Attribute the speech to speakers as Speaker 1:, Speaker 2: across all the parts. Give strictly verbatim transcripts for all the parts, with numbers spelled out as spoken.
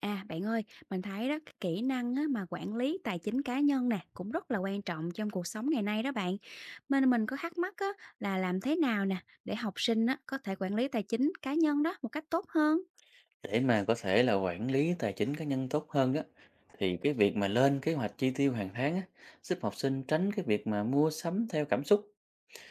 Speaker 1: À, bạn ơi, mình thấy đó, kỹ năng á, mà quản lý tài chính cá nhân nè cũng rất là quan trọng trong cuộc sống ngày nay đó bạn. Mình mình có thắc mắc á, là làm thế nào nè để học sinh á, có thể quản lý tài chính cá nhân đó một cách tốt hơn?
Speaker 2: Để mà có thể là quản lý tài chính cá nhân tốt hơn đó thì cái việc mà lên kế hoạch chi tiêu hàng tháng á, giúp học sinh tránh cái việc mà mua sắm theo cảm xúc,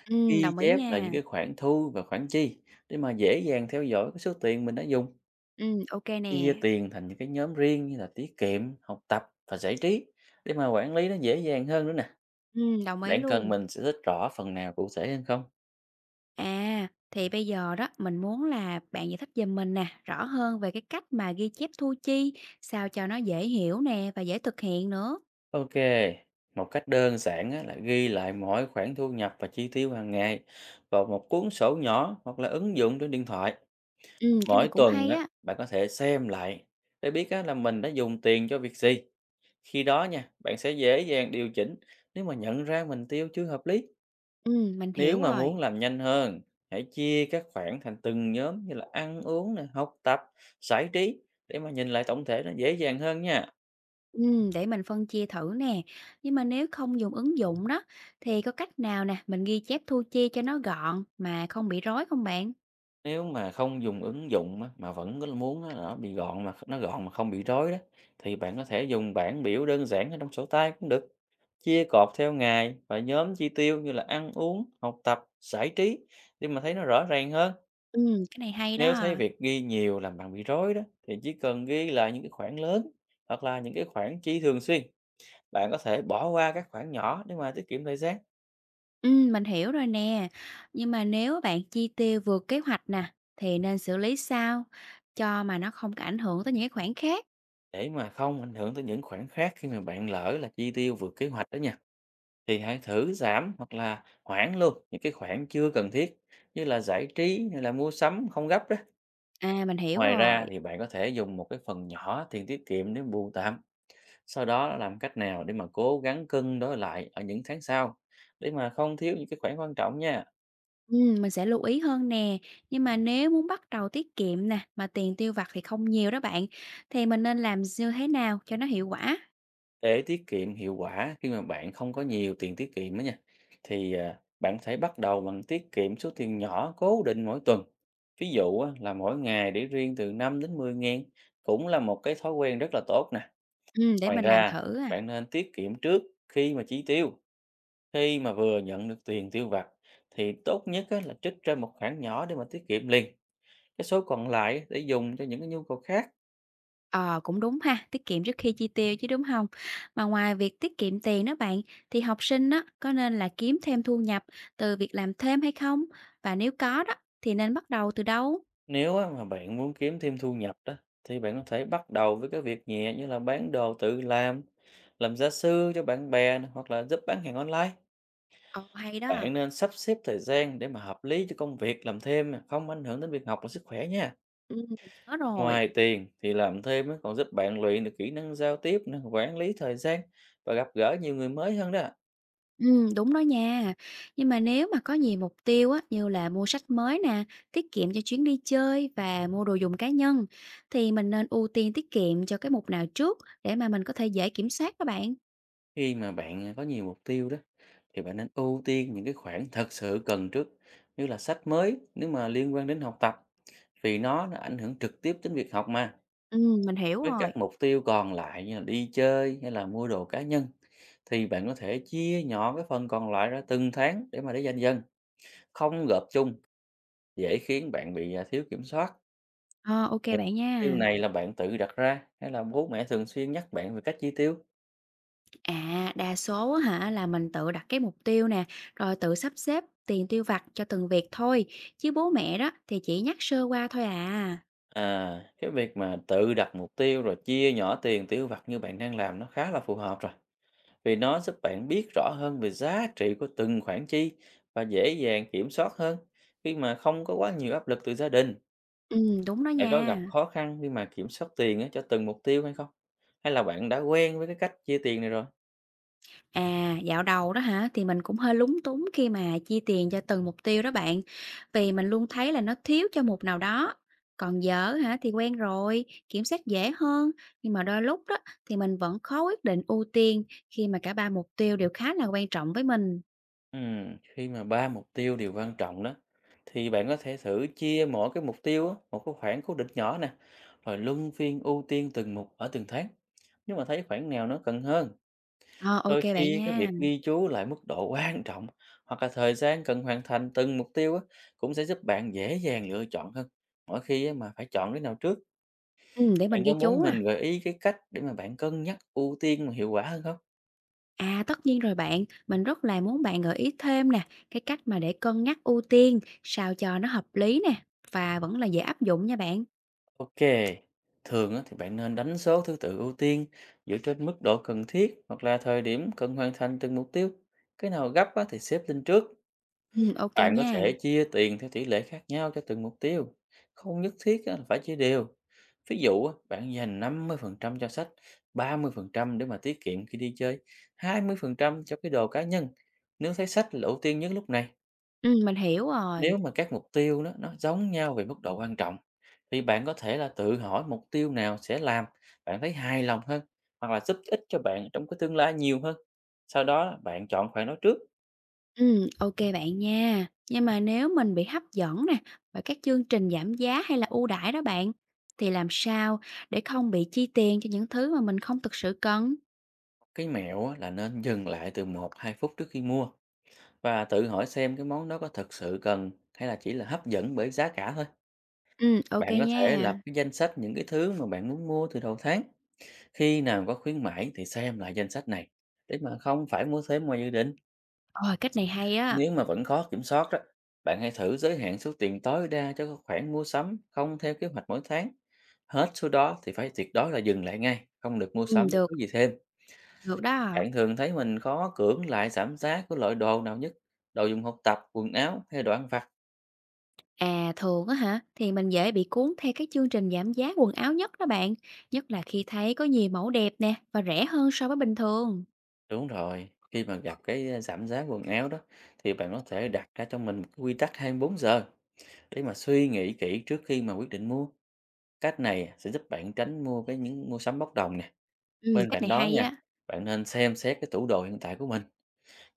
Speaker 1: Ừ,
Speaker 2: ghi
Speaker 1: đồng ý
Speaker 2: chép là những
Speaker 1: nha.
Speaker 2: cái khoản thu và khoản chi để mà dễ dàng theo dõi cái số tiền mình đã dùng,
Speaker 1: Ừ, ok
Speaker 2: chia
Speaker 1: nè.
Speaker 2: tiền thành những cái nhóm riêng như là tiết kiệm, học tập và giải trí để mà quản lý nó dễ dàng hơn nữa nè.
Speaker 1: Ừ, đồng ý
Speaker 2: Bạn cần
Speaker 1: luôn.
Speaker 2: mình sẽ thích rõ phần nào cụ thể hơn không?
Speaker 1: À, thì bây giờ đó mình muốn là bạn giải thích giùm mình nè rõ hơn về cái cách mà ghi chép thu chi sao cho nó dễ hiểu nè và dễ thực hiện nữa.
Speaker 2: Ok, một cách đơn giản á, là ghi lại mỗi khoản thu nhập và chi tiêu hàng ngày vào một cuốn sổ nhỏ hoặc là ứng dụng trên điện thoại.
Speaker 1: Ừ, cái này
Speaker 2: Mỗi
Speaker 1: cũng
Speaker 2: tuần
Speaker 1: hay
Speaker 2: á,
Speaker 1: á.
Speaker 2: bạn có thể xem lại để biết á, là mình đã dùng tiền cho việc gì. Khi đó nha, bạn sẽ dễ dàng điều chỉnh nếu mà nhận ra mình tiêu chưa hợp lý.
Speaker 1: Ừ, mình
Speaker 2: Nếu
Speaker 1: hiểu
Speaker 2: mà muốn
Speaker 1: rồi.
Speaker 2: làm nhanh hơn, hãy chia các khoản thành từng nhóm như là ăn uống, nè, học tập, giải trí để mà nhìn lại tổng thể nó dễ dàng hơn nha.
Speaker 1: Ừm, để mình phân chia thử nè. Nhưng mà nếu không dùng ứng dụng đó, thì có cách nào nè, mình ghi chép thu chi cho nó gọn mà không bị rối không bạn?
Speaker 2: Nếu mà không dùng ứng dụng á, mà vẫn có muốn á, nó bị gọn mà nó gọn mà không bị rối đó thì bạn có thể dùng bảng biểu đơn giản ở trong sổ tay cũng được. Chia cột theo ngày và nhóm chi tiêu như là ăn uống, học tập, giải trí để mà thấy nó rõ ràng hơn.
Speaker 1: Ừ, cái này hay
Speaker 2: Nếu thấy
Speaker 1: đó.
Speaker 2: việc ghi nhiều làm bạn bị rối đó thì chỉ cần ghi lại những cái khoản lớn hoặc là những cái khoản chi thường xuyên. Bạn có thể bỏ qua các khoản nhỏ để mà tiết kiệm thời gian,
Speaker 1: Ừm, mình hiểu rồi nè. Nhưng mà nếu bạn chi tiêu vượt kế hoạch nè, thì nên xử lý sao cho mà nó không có ảnh hưởng tới những cái khoản khác?
Speaker 2: để mà không ảnh hưởng tới những khoản khác khi mà bạn lỡ là chi tiêu vượt kế hoạch đó nha. Thì hãy thử giảm hoặc là hoãn luôn những cái khoản chưa cần thiết như là giải trí hay là mua sắm không gấp đó.
Speaker 1: À, mình hiểu
Speaker 2: Ngoài
Speaker 1: rồi.
Speaker 2: ra thì bạn có thể dùng một cái phần nhỏ tiền tiết kiệm để bù tạm, sau đó làm cách nào để mà cố gắng cân đối lại ở những tháng sau, để mà không thiếu những cái khoản quan trọng nha.
Speaker 1: Ừm, mình sẽ lưu ý hơn nè. Nhưng mà nếu muốn bắt đầu tiết kiệm nè, mà tiền tiêu vặt thì không nhiều đó bạn, thì mình nên làm như thế nào cho nó hiệu quả?
Speaker 2: Để tiết kiệm hiệu quả khi mà bạn không có nhiều tiền tiết kiệm đó nha, thì, à, bạn có thể bắt đầu bằng tiết kiệm số tiền nhỏ cố định mỗi tuần. Ví dụ á, là mỗi ngày để riêng từ năm đến mười ngàn cũng là một cái thói quen rất là tốt nè.
Speaker 1: Ừm, để
Speaker 2: Ngoài
Speaker 1: mình làm
Speaker 2: ra,
Speaker 1: thử à.
Speaker 2: bạn nên tiết kiệm trước khi mà chi tiêu. Khi mà vừa nhận được tiền tiêu vặt thì tốt nhất á, là trích ra một khoản nhỏ để mà tiết kiệm liền. Cái số còn lại để dùng cho những cái nhu cầu khác.
Speaker 1: Ờ, cũng đúng ha, tiết kiệm trước khi chi tiêu chứ, đúng không? Mà ngoài việc tiết kiệm tiền đó bạn, thì học sinh đó có nên là kiếm thêm thu nhập từ việc làm thêm hay không? Và nếu có đó, thì nên bắt đầu từ đâu?
Speaker 2: Nếu á, mà bạn muốn kiếm thêm thu nhập đó thì bạn có thể bắt đầu với các việc nhẹ như là bán đồ tự làm, làm gia sư cho bạn bè nè, hoặc là giúp bán hàng online.
Speaker 1: Ồ, hay đó,
Speaker 2: Bạn nên sắp xếp thời gian để mà hợp lý cho công việc làm thêm nè, không ảnh hưởng đến việc học và sức khỏe nha.
Speaker 1: ừm, mình nhớ rồi.
Speaker 2: Ngoài tiền thì làm thêm á, còn giúp bạn luyện được kỹ năng giao tiếp, nè, quản lý thời gian và gặp gỡ nhiều người mới hơn đó.
Speaker 1: Ừm, đúng đó nha. Nhưng mà nếu mà có nhiều mục tiêu á, như là mua sách mới nè, tiết kiệm cho chuyến đi chơi và mua đồ dùng cá nhân, thì mình nên ưu tiên tiết kiệm cho cái mục nào trước để mà mình có thể dễ kiểm soát các bạn?
Speaker 2: Khi mà bạn à, có nhiều mục tiêu đó thì bạn nên ưu tiên những cái khoản thật sự cần trước, như là sách mới nếu mà liên quan đến học tập, vì nó, nó ảnh hưởng trực tiếp đến việc học mà.
Speaker 1: Ừm, mình hiểu
Speaker 2: Với các
Speaker 1: rồi.
Speaker 2: mục tiêu còn lại như là đi chơi hay là mua đồ cá nhân thì bạn có thể chia nhỏ cái phần còn lại ra từng tháng để mà để dành dần, không gộp chung dễ khiến bạn bị à, thiếu kiểm soát.
Speaker 1: Ờ, ô
Speaker 2: Những
Speaker 1: bạn
Speaker 2: mục tiêu
Speaker 1: nha.
Speaker 2: này là bạn tự đặt ra hay là bố mẹ thường xuyên nhắc bạn về cách chi tiêu?
Speaker 1: À, đa số á hả là mình tự đặt cái mục tiêu nè, rồi tự sắp xếp tiền tiêu vặt cho từng việc thôi, chứ bố mẹ đó thì chỉ nhắc sơ qua thôi à.
Speaker 2: À, cái việc mà tự đặt mục tiêu rồi chia nhỏ tiền tiêu vặt như bạn đang làm nó khá là phù hợp rồi. Vì nó giúp bạn biết rõ hơn về giá trị của từng khoản chi và dễ dàng kiểm soát hơn khi mà không có quá nhiều áp lực từ gia đình.
Speaker 1: Ừ, đúng đó
Speaker 2: Bạn có
Speaker 1: nha.
Speaker 2: gặp khó khăn khi mà kiểm soát tiền á, cho từng mục tiêu hay không? Hay là bạn đã quen với cái cách chia tiền này rồi?
Speaker 1: À, dạo đầu đó hả thì mình cũng hơi lúng túng khi mà chi tiền cho từng mục tiêu đó bạn, vì mình luôn thấy là nó thiếu cho mục nào đó. Còn giờ hả thì quen rồi, kiểm soát dễ hơn, nhưng mà đôi lúc đó thì mình vẫn khó quyết định ưu tiên khi mà cả ba mục tiêu đều khá là quan trọng với mình.
Speaker 2: Ừm, khi mà ba mục tiêu đều quan trọng đó thì bạn có thể thử chia mỗi cái mục tiêu á, một cái khoản cố định nhỏ nè, rồi luân phiên ưu tiên từng mục ở từng tháng nếu mà thấy khoản nào nó cần hơn.
Speaker 1: Ờ, ok
Speaker 2: Đôi
Speaker 1: bạn
Speaker 2: khi cái
Speaker 1: nha.
Speaker 2: việc ghi chú lại mức độ quan trọng hoặc là thời gian cần hoàn thành từng mục tiêu á, cũng sẽ giúp bạn dễ dàng lựa chọn hơn mỗi khi á, mà phải chọn cái nào trước.
Speaker 1: Ừm, để
Speaker 2: Bạn
Speaker 1: mình
Speaker 2: có
Speaker 1: ghi
Speaker 2: muốn
Speaker 1: chú nè.
Speaker 2: mình gợi ý cái cách để mà bạn cân nhắc ưu tiên mà hiệu quả hơn không?
Speaker 1: À, tất nhiên rồi bạn, mình rất là muốn bạn gợi ý thêm nè, cái cách mà để cân nhắc ưu tiên sao cho nó hợp lý nè và vẫn là dễ áp dụng nha bạn.
Speaker 2: Ok, thường á thì bạn nên đánh số thứ tự ưu tiên dựa trên mức độ cần thiết hoặc là thời điểm cần hoàn thành từng mục tiêu. Cái nào gấp á thì xếp lên trước.
Speaker 1: Ừm, ô
Speaker 2: Bạn có
Speaker 1: nha.
Speaker 2: thể chia tiền theo tỷ lệ khác nhau cho từng mục tiêu. Không nhất thiết á là phải chia đều. Ví dụ á, bạn dành năm mươi phần trăm cho sách, ba mươi phần trăm để mà tiết kiệm khi đi chơi, hai mươi phần trăm cho cái đồ cá nhân. Nếu thấy sách là ưu tiên nhất lúc này,
Speaker 1: Ừm, mình hiểu rồi.
Speaker 2: nếu mà các mục tiêu đó nó giống nhau về mức độ quan trọng thì bạn có thể là tự hỏi mục tiêu nào sẽ làm bạn thấy hài lòng hơn hoặc là giúp ích cho bạn trong cái tương lai nhiều hơn. Sau đó bạn chọn khoản đó trước.
Speaker 1: Ừm, ô bạn nha. Nhưng mà nếu mình bị hấp dẫn nè bởi các chương trình giảm giá hay là ưu đãi đó bạn, thì làm sao để không bị chi tiền cho những thứ mà mình không thực sự cần?
Speaker 2: Cái mẹo á là nên dừng lại từ một hai phút trước khi mua và tự hỏi xem cái món đó có thực sự cần hay là chỉ là hấp dẫn bởi giá cả thôi.
Speaker 1: Ừm, ô
Speaker 2: Bạn có thể lập
Speaker 1: nha.
Speaker 2: cái danh sách những cái thứ mà bạn muốn mua từ đầu tháng. Khi nào có khuyến mãi thì xem lại danh sách này để mà không phải mua thêm ngoài dự định.
Speaker 1: Ờ, cách này hay á.
Speaker 2: Nếu mà vẫn khó kiểm soát đó, bạn hãy thử giới hạn số tiền tối đa cho các khoản mua sắm không theo kế hoạch mỗi tháng. Hết số đó thì phải tuyệt đối là dừng lại ngay, không được mua
Speaker 1: Ừm,
Speaker 2: sắm bất
Speaker 1: được,
Speaker 2: cứ gì thêm.
Speaker 1: được đó.
Speaker 2: Bạn thường thấy mình khó cưỡng lại giảm giá của loại đồ nào nhất, đồ dùng học tập, quần áo hay đồ ăn vặt?
Speaker 1: À, thường á hả, thì mình dễ bị cuốn theo các chương trình giảm giá quần áo nhất đó bạn, nhất là khi thấy có nhiều mẫu đẹp nè và rẻ hơn so với bình thường.
Speaker 2: Đúng rồi, khi mà gặp cái eh, giảm giá quần áo đó thì bạn có thể đặt ra cho mình một cái quy tắc hai mươi bốn giờ để mà suy nghĩ kỹ trước khi mà quyết định mua. Cách này sẽ giúp bạn tránh mua cái những mua sắm bốc đồng nè.
Speaker 1: Ừ,
Speaker 2: Bên
Speaker 1: cách
Speaker 2: cạnh
Speaker 1: này
Speaker 2: đó
Speaker 1: hay
Speaker 2: nha,
Speaker 1: á.
Speaker 2: bạn nên xem xét cái tủ đồ hiện tại của mình,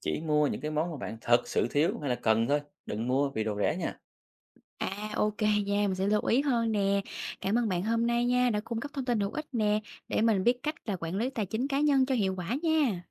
Speaker 2: chỉ mua những cái món mà bạn thật sự thiếu hay là cần thôi, đừng mua vì đồ rẻ nha.
Speaker 1: À, ok nha, mình sẽ lưu ý hơn nè. Cảm ơn bạn hôm nay nha, đã cung cấp thông tin hữu ích nè, để mình biết cách là quản lý tài chính cá nhân cho hiệu quả nha.